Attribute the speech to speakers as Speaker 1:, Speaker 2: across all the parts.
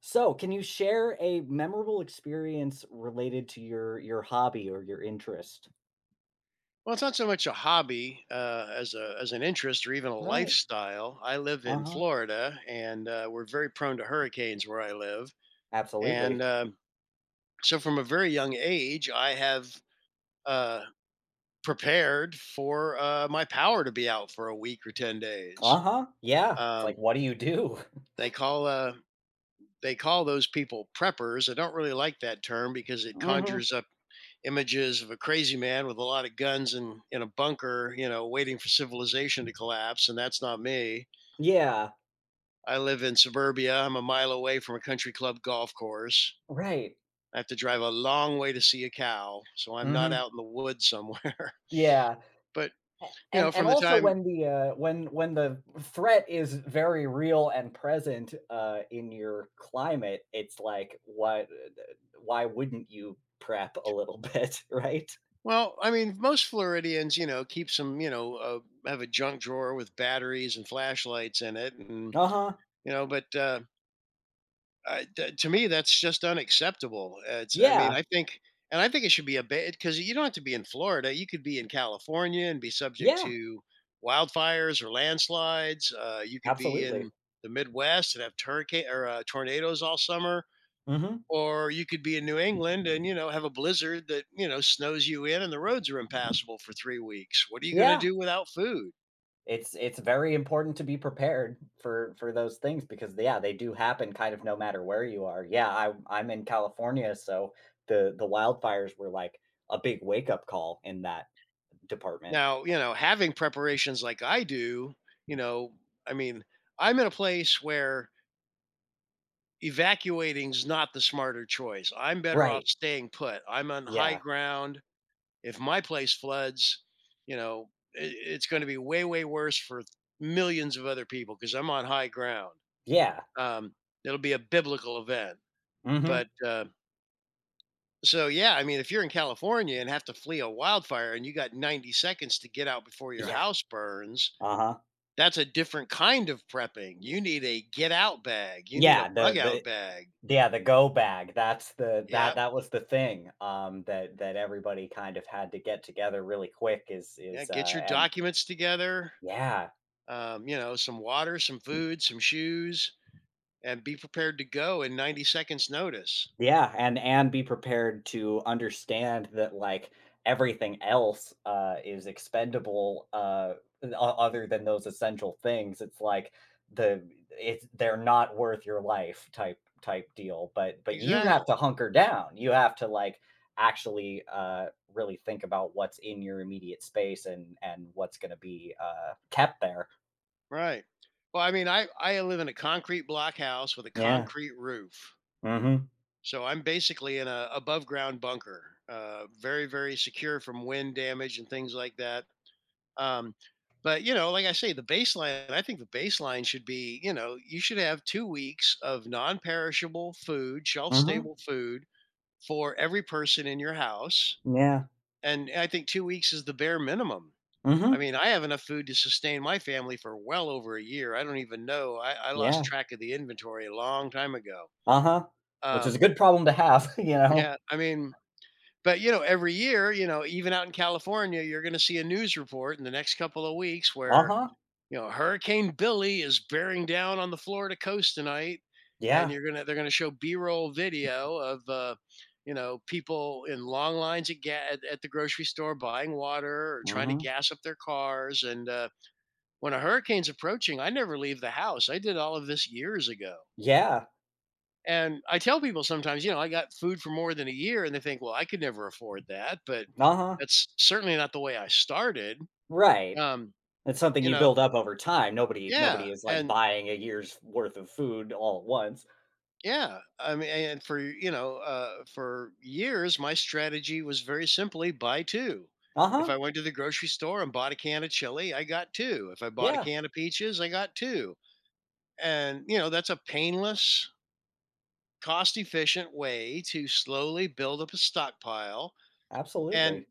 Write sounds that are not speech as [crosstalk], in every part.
Speaker 1: So, can you share a memorable experience related to your hobby or your interest?
Speaker 2: Well, it's not so much a hobby as a as an interest or even a
Speaker 1: Right.
Speaker 2: lifestyle. I live in
Speaker 1: Uh-huh.
Speaker 2: Florida, and we're very prone to hurricanes where I live. And
Speaker 1: Absolutely.
Speaker 2: um from a very young age, I have uh, prepared for my power to be out for a week or 10 days.
Speaker 1: Uh-huh. Yeah. It's like,
Speaker 2: Um,
Speaker 1: what do you do? [laughs]
Speaker 2: they call uh, they call those people preppers. I don't really like that term because it
Speaker 1: Mhm.
Speaker 2: conjures up images of a crazy man with a lot of guns in a bunker, you know, waiting for civilization to collapse, and that's not me.
Speaker 1: Yeah.
Speaker 2: I live in suburbia. I'm a mile away from a country club golf course.
Speaker 1: Right.
Speaker 2: I have to drive a long way to see a cow, so I'm not
Speaker 1: Mhm.
Speaker 2: out in the woods somewhere.
Speaker 1: Yeah.
Speaker 2: [laughs] but
Speaker 1: A-
Speaker 2: you
Speaker 1: And
Speaker 2: know,
Speaker 1: and
Speaker 2: from the
Speaker 1: also
Speaker 2: time
Speaker 1: when the threat is very real and present in your climate, it's like what, why wouldn't you prep a little [laughs] bit, right?
Speaker 2: Well, I mean, most Floridians, keep some, have a junk drawer with batteries and flashlights in it, and
Speaker 1: Uh-huh.
Speaker 2: you know, but I t to me, that's just unacceptable. It's I mean,
Speaker 1: Yeah.
Speaker 2: I think and I think it should be a bit, because you don't have to be in Florida, you could be in California and be subject
Speaker 1: Yeah.
Speaker 2: to wildfires or landslides, you could be
Speaker 1: Absolutely.
Speaker 2: in the Midwest and have hurricane or, tornadoes all summer,
Speaker 1: Mhm.
Speaker 2: or you could be in New England and, you know, have a blizzard that, you know, snows you in and the roads are impassable for 3 weeks. What are you gonna
Speaker 1: Yeah.
Speaker 2: do without food?
Speaker 1: It's very important to be prepared for those things because yeah, they do happen kind of no matter where you are. Yeah, I'm in California, so the wildfires were like a big wake up call in that department.
Speaker 2: Now, you know, having preparations like I do, you know, I mean, I'm in a place where evacuating's not the smarter choice. I'm better off
Speaker 1: Right.
Speaker 2: staying put. I'm on high
Speaker 1: Yeah.
Speaker 2: ground. If my place floods, you know, it's going to be way, way worse for millions of other people because I'm on high ground.
Speaker 1: Yeah.
Speaker 2: Um, it'll be a biblical event.
Speaker 1: Mhm.
Speaker 2: But uh, yeah, I mean, if you're in California and have to flee a wildfire and you got 90 seconds to get out before your
Speaker 1: Yeah.
Speaker 2: house burns,
Speaker 1: Uh-huh.
Speaker 2: that's a different kind of prepping. You need a get out bag, you need a
Speaker 1: Yeah, the
Speaker 2: bug out
Speaker 1: the
Speaker 2: bag.
Speaker 1: yeah, the go bag. That's the
Speaker 2: Yeah.
Speaker 1: that that was the thing that that everybody kind of had to get together really quick is
Speaker 2: Yeah, get your
Speaker 1: and
Speaker 2: documents together,
Speaker 1: yeah.
Speaker 2: you know, some water, some food, some shoes, and be prepared to go in 90 seconds notice.
Speaker 1: Yeah, and be prepared to understand that like everything else is expendable, other than those essential things. It's like they're not worth your life, type deal, but you have
Speaker 2: Exactly.
Speaker 1: to hunker down. You have to like actually really think about what's in your immediate space and what's going to be kept there.
Speaker 2: Right. Well, I mean, I live in a concrete block house with a
Speaker 1: Yeah.
Speaker 2: concrete roof.
Speaker 1: Mhm.
Speaker 2: So I'm basically in a above ground bunker. Very very secure from wind damage and things like that. Um but you know, like I say, the baseline, I think the baseline should be, you know, you should have 2 weeks of non perishable food, shelf
Speaker 1: Mhm.
Speaker 2: stable food, for every person in your house,
Speaker 1: Yeah.
Speaker 2: and I think 2 weeks is the bare minimum. I
Speaker 1: Mhm.
Speaker 2: mean, I have enough food to sustain my family for well over a year. I don't even know. I lost
Speaker 1: Yeah.
Speaker 2: track of the inventory a long time ago.
Speaker 1: Uh-huh. Which is a
Speaker 2: Um,
Speaker 1: good problem to have, [laughs] you know?
Speaker 2: yeah, I mean but, you know, every year, you know, even out in California, you're gonna see a news report in the next couple of weeks where
Speaker 1: Uh-huh.
Speaker 2: you know, Hurricane Billy is bearing down on the Florida coast tonight, and
Speaker 1: Yeah.
Speaker 2: you're gonna they're gonna show B-roll video of you know people in long lines at, at the grocery store buying water or trying to
Speaker 1: Mhm.
Speaker 2: gas up their cars. And when a hurricane's approaching, I never leave the house. I did all of this years ago.
Speaker 1: Yeah.
Speaker 2: And I tell people sometimes, you know, I got food for more than a year, and they think, well, I could never afford that. But
Speaker 1: Uh-huh.
Speaker 2: that's certainly not the way I started.
Speaker 1: Right.
Speaker 2: Um,
Speaker 1: It's something
Speaker 2: you
Speaker 1: you
Speaker 2: know,
Speaker 1: build up over time. Nobody
Speaker 2: yeah.
Speaker 1: nobody is, like,
Speaker 2: And
Speaker 1: buying a year's worth of food all at once.
Speaker 2: yeah, I mean, and for you know, for years, my strategy was very simply buy two. If
Speaker 1: Uh-huh.
Speaker 2: I went to the grocery store and bought a can of chili, I got two. If I bought a
Speaker 1: Yeah.
Speaker 2: can of peaches, I got two. And you know, that's a painless, cost-efficient way to slowly build up a stockpile. And
Speaker 1: Absolutely.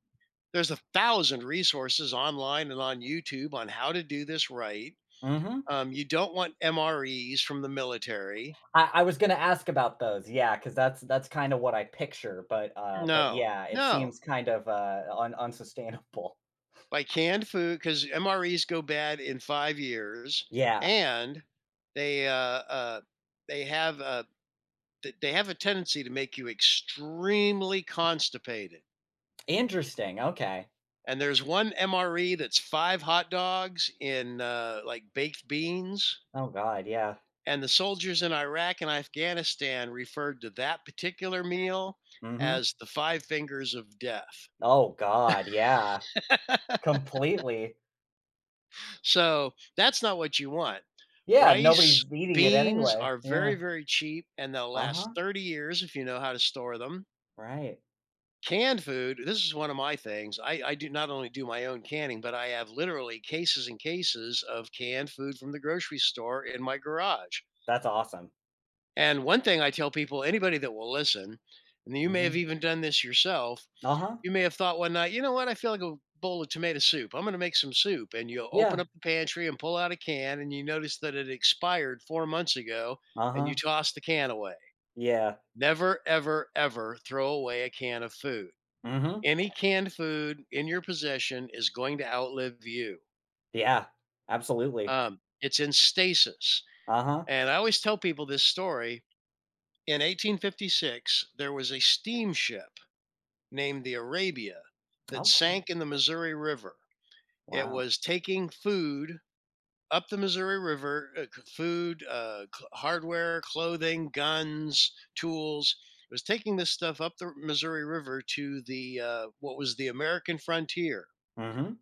Speaker 2: there's a thousand resources online and on YouTube on how to do this right.
Speaker 1: Mhm.
Speaker 2: You don't want MREs from the military.
Speaker 1: I was gonna ask about those. Yeah, because that's kinda what I picture, but but
Speaker 2: No,
Speaker 1: yeah, it
Speaker 2: no.
Speaker 1: seems kind of un unsustainable.
Speaker 2: By canned food because MREs go bad in 5 years,
Speaker 1: Yeah.
Speaker 2: and they uh, uh, they have uh, they have a tendency to make you extremely constipated.
Speaker 1: Interesting, okay.
Speaker 2: And there's one MRE that's five hot dogs in like baked beans.
Speaker 1: Oh god, yeah.
Speaker 2: And the soldiers in Iraq and Afghanistan referred to that particular meal
Speaker 1: Mhm.
Speaker 2: as the five fingers of death.
Speaker 1: Oh god, yeah.
Speaker 2: [laughs]
Speaker 1: Completely.
Speaker 2: So that's not what you want.
Speaker 1: Yeah,
Speaker 2: Rice,
Speaker 1: nobody's eating it
Speaker 2: beans
Speaker 1: anyway.
Speaker 2: are very,
Speaker 1: Yeah.
Speaker 2: very cheap and they'll last
Speaker 1: Uh-huh,
Speaker 2: 30 years if you know how to store them.
Speaker 1: right.
Speaker 2: Canned food, this is one of my things. I do not only do my own canning, but I have literally cases and cases of canned food from the grocery store in my garage.
Speaker 1: That's awesome.
Speaker 2: And one thing I tell people, anybody that will listen, and you may have
Speaker 1: Mhm.
Speaker 2: even done this yourself,
Speaker 1: Uh-huh.
Speaker 2: you may have thought one night, "You know what? I feel like a bowl of tomato soup. I'm gonna make some soup." And you open
Speaker 1: Yeah.
Speaker 2: up the pantry and pull out a can, and you notice that it expired 4 months ago, and you
Speaker 1: Uh-huh.
Speaker 2: toss the can away.
Speaker 1: Yeah.
Speaker 2: Never, ever, ever throw away a can of food.
Speaker 1: Mhm.
Speaker 2: Any canned food in your possession is going to outlive you.
Speaker 1: Yeah. Absolutely.
Speaker 2: It's in stasis,
Speaker 1: Uh-huh.
Speaker 2: and I always tell people this story. In 1856, there was a steamship named the Arabia that
Speaker 1: Okay.
Speaker 2: sank in the Missouri River. It
Speaker 1: Wow.
Speaker 2: was taking food up the Missouri River, food, hardware, clothing, guns, tools. It was taking this stuff up the Missouri River to the what was the American frontier,
Speaker 1: Mhm.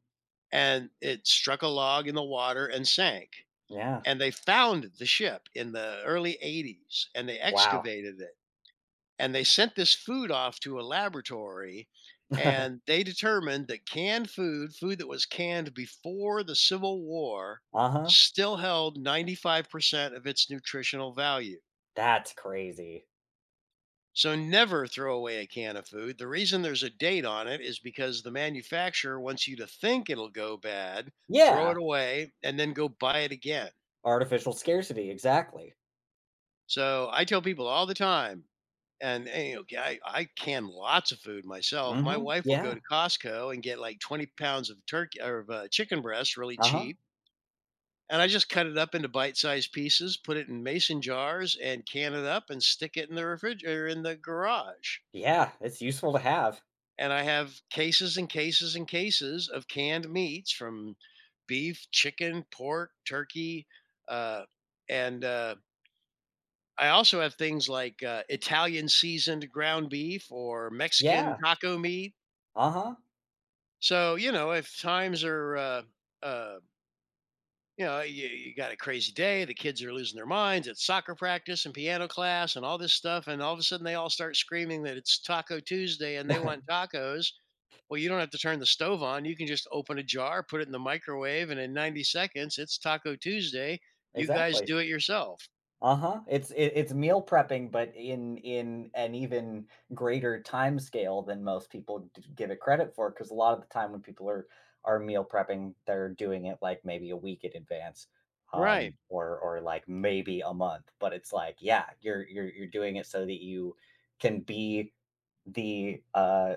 Speaker 2: and it struck a log in the water and sank.
Speaker 1: Yeah.
Speaker 2: And they found the ship in the early '80s, and they
Speaker 1: Wow.
Speaker 2: excavated it and they sent this food off to a laboratory and
Speaker 1: [laughs]
Speaker 2: they determined that canned food food that was canned before the Civil War
Speaker 1: Uh-huh.
Speaker 2: still held 95% of its nutritional value.
Speaker 1: That's crazy.
Speaker 2: So never throw away a can of food. The reason there's a date on it is because the manufacturer wants you to think it'll go bad, throw it
Speaker 1: Yeah.
Speaker 2: away and then go buy it again.
Speaker 1: Artificial scarcity, exactly.
Speaker 2: So I tell people all the time. You know, I can lots of food myself. My
Speaker 1: Mhm.
Speaker 2: wife will go
Speaker 1: Yeah.
Speaker 2: to Costco and get like 20 pounds of turkey or of, chicken breast really
Speaker 1: Uh-huh.
Speaker 2: cheap. And I just cut it up into bite-sized pieces, put it in mason jars and can it up and stick it in the refrigerator in the garage.
Speaker 1: Yeah, it's useful to have.
Speaker 2: And I have cases and cases and cases of canned meats from beef, chicken, pork, turkey, uh, and I also have things like Italian seasoned ground beef or Mexican
Speaker 1: Yeah.
Speaker 2: taco meat.
Speaker 1: Uh-huh.
Speaker 2: So, you know, if times are, uh, you know, you got a crazy day, the kids are losing their minds at soccer practice and piano class and all this stuff. And all of a sudden they all start screaming that it's Taco Tuesday and they want
Speaker 1: [laughs]
Speaker 2: tacos. Well, you don't have to turn the stove on. You can just open a jar, put it in the microwave, and in 90 seconds, it's Taco Tuesday. You guys
Speaker 1: Exactly.
Speaker 2: do it yourself.
Speaker 1: Uh-huh. It's it's meal prepping, but in an even greater time scale than most people give it credit for, because a lot of the time when people are meal prepping, they're doing it like maybe a week in advance,
Speaker 2: Right.
Speaker 1: or like maybe a month. But it's like, yeah, you're you're doing it so that you can be the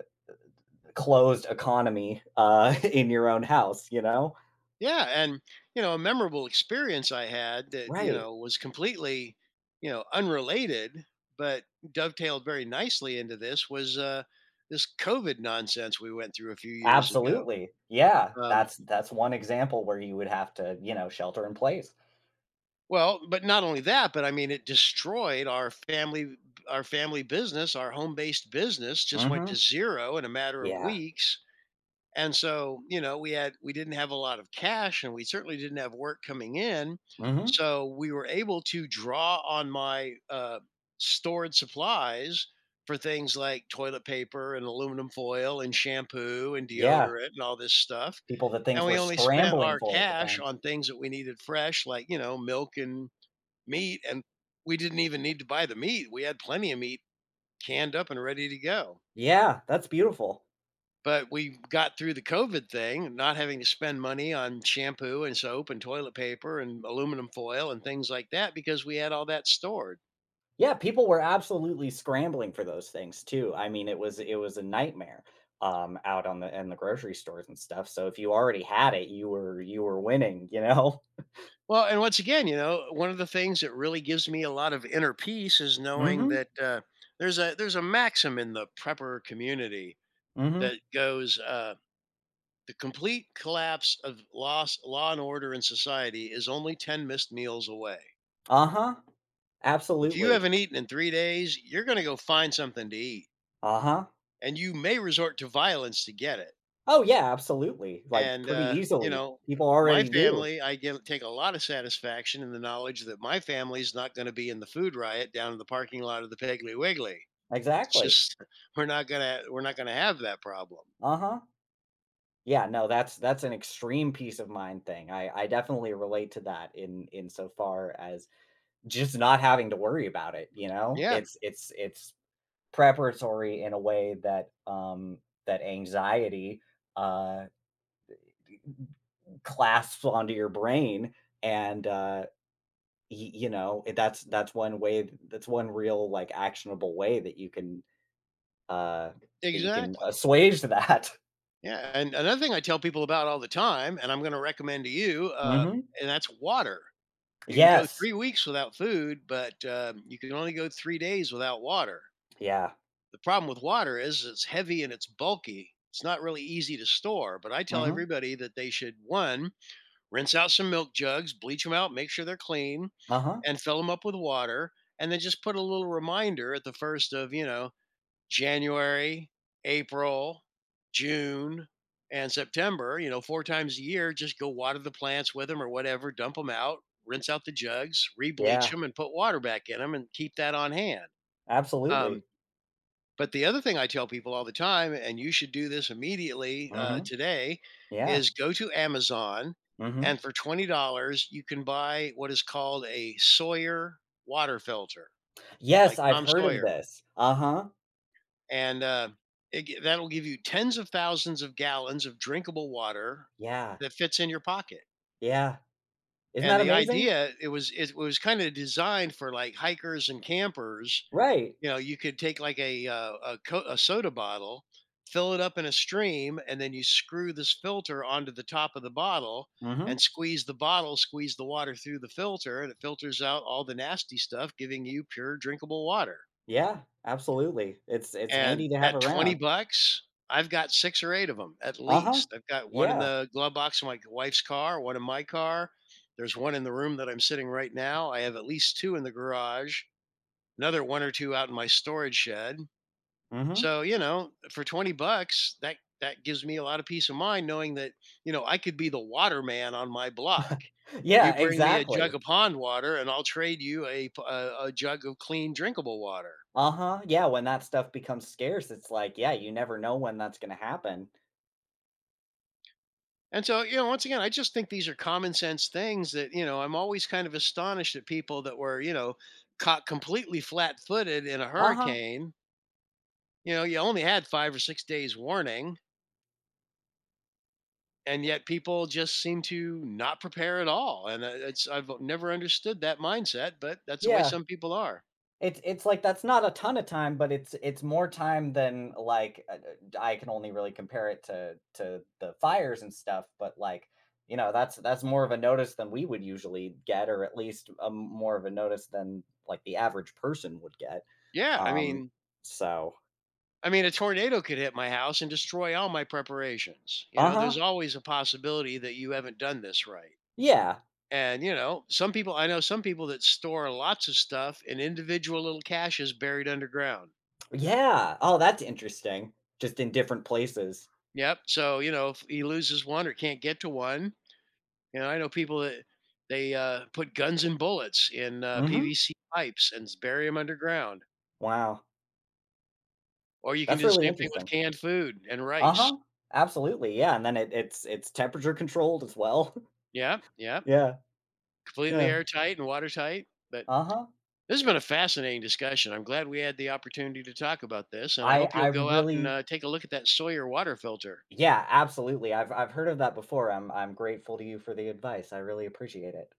Speaker 1: closed economy [laughs] in your own house, you know?
Speaker 2: Yeah, and you know, a memorable experience I had that you
Speaker 1: Right.
Speaker 2: know was completely, you know, unrelated, but dovetailed very nicely into this was this COVID nonsense we went through a few years ago.
Speaker 1: Absolutely. Yeah,
Speaker 2: Um,
Speaker 1: that's one example where you would have to, you know, shelter in place.
Speaker 2: well, but not only that, but I mean, it destroyed our family business, our home-based business just went to
Speaker 1: Mhm.
Speaker 2: zero in a matter of
Speaker 1: Yeah.
Speaker 2: weeks. And so, you know, we didn't have a lot of cash and we certainly didn't have work coming in.
Speaker 1: Mhm.
Speaker 2: So we were able to draw on my stored supplies for things like toilet paper and aluminum foil and shampoo and
Speaker 1: Yeah,
Speaker 2: deodorant and all this stuff.
Speaker 1: people that things
Speaker 2: And
Speaker 1: were
Speaker 2: we only spent
Speaker 1: scrambling
Speaker 2: our
Speaker 1: for at the
Speaker 2: cash
Speaker 1: time.
Speaker 2: on things that we needed fresh, like, you know, milk and meat. And we didn't even need to buy the meat. We had plenty of meat canned up and ready to go.
Speaker 1: Yeah, that's beautiful.
Speaker 2: But we got through the COVID thing, not having to spend money on shampoo and soap and toilet paper and aluminum foil and things like that because we had all that stored.
Speaker 1: Yeah, people were absolutely scrambling for those things too. I mean, it was a nightmare, out on the in the grocery stores and stuff. So if you already had it, you were winning, you know? [laughs]
Speaker 2: Well, and once again, you know, one of the things that really gives me a lot of inner peace is knowing
Speaker 1: Mhm.
Speaker 2: that there's a maxim in the prepper community
Speaker 1: Mhm.
Speaker 2: that goes the complete collapse of loss, law and order in society is only ten missed meals away.
Speaker 1: Uh-huh.
Speaker 2: If you
Speaker 1: Absolutely.
Speaker 2: haven't eaten in 3 days, you're going to go find something to eat.
Speaker 1: Uh-huh.
Speaker 2: And you may resort to violence to get it.
Speaker 1: Oh, yeah, absolutely, like,
Speaker 2: And
Speaker 1: pretty
Speaker 2: uh, you
Speaker 1: easily.
Speaker 2: know,
Speaker 1: People
Speaker 2: my
Speaker 1: already do.
Speaker 2: family, I get take a lot of satisfaction in the knowledge that my family's not going to be in the food riot down in the parking lot of the Piggly Wiggly. It's
Speaker 1: Exactly.
Speaker 2: just [laughs] we're not gonna have that problem.
Speaker 1: Uh-huh. Yeah, no, that's an extreme peace of mind thing. I definitely relate to that in so far as just not having to worry about it, you know?
Speaker 2: Yeah,
Speaker 1: It's preparatory in a way that, that anxiety, uh, clasps onto your brain, and, y you know, that's one way, that's one real, like, actionable way uh, that you can
Speaker 2: exactly.
Speaker 1: assuage that. [laughs]
Speaker 2: Yeah, and another thing I tell people about all the time, and I'm going to recommend to you,
Speaker 1: Mm-hmm.
Speaker 2: and that's water. You can go
Speaker 1: Yes.
Speaker 2: 3 weeks without food, but you can only go 3 days without water.
Speaker 1: Yeah.
Speaker 2: The problem with water is it's heavy and it's bulky. It's not really easy to store, but I tell
Speaker 1: Mm-hmm.
Speaker 2: everybody that they should one, rinse out some milk jugs, bleach them out, make sure they're clean,
Speaker 1: Uh-huh.
Speaker 2: and fill them up with water. And then just put a little reminder at the first of, you know, January, April, June, and September, you know, four times a year, just go water the plants with them or whatever, dump them out, rinse out the jugs, re bleach
Speaker 1: Yeah.
Speaker 2: them, and put water back in them and keep that on hand.
Speaker 1: Absolutely.
Speaker 2: Um, but the other thing I tell people all the time, and you should do this immediately
Speaker 1: Mm-hmm.
Speaker 2: today,
Speaker 1: Yeah.
Speaker 2: is go to Amazon,
Speaker 1: Mm-hmm.
Speaker 2: and for $20, you can buy what is called a Sawyer water filter,
Speaker 1: Yes,
Speaker 2: like
Speaker 1: I've
Speaker 2: Tom
Speaker 1: heard of
Speaker 2: Sawyer.
Speaker 1: this. Uh huh.
Speaker 2: And that'll give you tens of thousands of gallons of drinkable water
Speaker 1: Yeah.
Speaker 2: that fits in your pocket.
Speaker 1: Yeah. Isn't
Speaker 2: And
Speaker 1: that
Speaker 2: the
Speaker 1: amazing?
Speaker 2: idea, it was kind of designed for like hikers and campers.
Speaker 1: Right.
Speaker 2: You know, you could take like a a soda bottle, fill it up in a stream, and then you screw this filter onto the top of the bottle
Speaker 1: Mm-hmm.
Speaker 2: and squeeze the bottle, squeeze the water through the filter, and it filters out all the nasty stuff, giving you pure drinkable water.
Speaker 1: Yeah. Absolutely. It's
Speaker 2: And
Speaker 1: handy to have
Speaker 2: at 20
Speaker 1: around.
Speaker 2: bucks, I've got six or eight of them at
Speaker 1: Uh huh.
Speaker 2: least. I've got one in
Speaker 1: Yeah.
Speaker 2: the glove box of my wife's car, one in my car. There's one in the room that I'm sitting right now. I have at least two in the garage, another one or two out in my storage shed.
Speaker 1: Mm-hmm.
Speaker 2: So, you know, for 20 bucks, that gives me a lot of peace of mind knowing that, you know, I could be the water man on my block. You
Speaker 1: Yeah.
Speaker 2: bring me a
Speaker 1: Exactly.
Speaker 2: jug of pond water and I'll trade you a jug of clean drinkable water.
Speaker 1: Uh huh. Yeah. When that stuff becomes scarce, it's like, yeah, you never know when that's gonna happen.
Speaker 2: And so, you know, once again, I just think these are common sense things that, you know, I'm always kind of astonished at people that were, you know, caught completely flat-footed in a
Speaker 1: Uh huh.
Speaker 2: hurricane. You know, you only had 5 or 6 days warning, and yet people just seem to not prepare at all, and it's I've never understood that mindset, but that's the way
Speaker 1: Yeah.
Speaker 2: some people are.
Speaker 1: It's like that's not a ton of time, but it's more time than like I can only really compare it to the fires and stuff, but like, you know, that's more of a notice than we would usually get, or at least a, more of a notice than like the average person would get.
Speaker 2: yeah i
Speaker 1: Um,
Speaker 2: mean
Speaker 1: so
Speaker 2: i mean a tornado could hit my house and destroy all my preparations. You know, there's
Speaker 1: uh-huh.
Speaker 2: always a possibility that you haven't done this right.
Speaker 1: Yeah.
Speaker 2: And you know, some people that store lots of stuff in individual little caches buried underground.
Speaker 1: Yeah. Oh, that's interesting. Just in different places.
Speaker 2: Yep, so you know, if he loses one or can't get to one. You know, I know people that they put guns and bullets in
Speaker 1: Hmm.
Speaker 2: PVC pipes and bury them underground.
Speaker 1: Wow.
Speaker 2: Or you can
Speaker 1: That's
Speaker 2: do the
Speaker 1: really
Speaker 2: same thing with
Speaker 1: interesting.
Speaker 2: canned food and rice.
Speaker 1: Uh-huh. Absolutely. Yeah. And then it's temperature controlled as well. [laughs]
Speaker 2: Yeah, yeah,
Speaker 1: Yeah.
Speaker 2: completely
Speaker 1: Yeah.
Speaker 2: airtight and watertight. But
Speaker 1: Uh-huh.
Speaker 2: this has been a fascinating discussion. I'm glad we had the opportunity to talk about this, and I hope
Speaker 1: I
Speaker 2: you'll go out and
Speaker 1: really
Speaker 2: take a look at that Sawyer water filter.
Speaker 1: Yeah, absolutely. I've heard of that before. I'm grateful to you for the advice. I really appreciate it.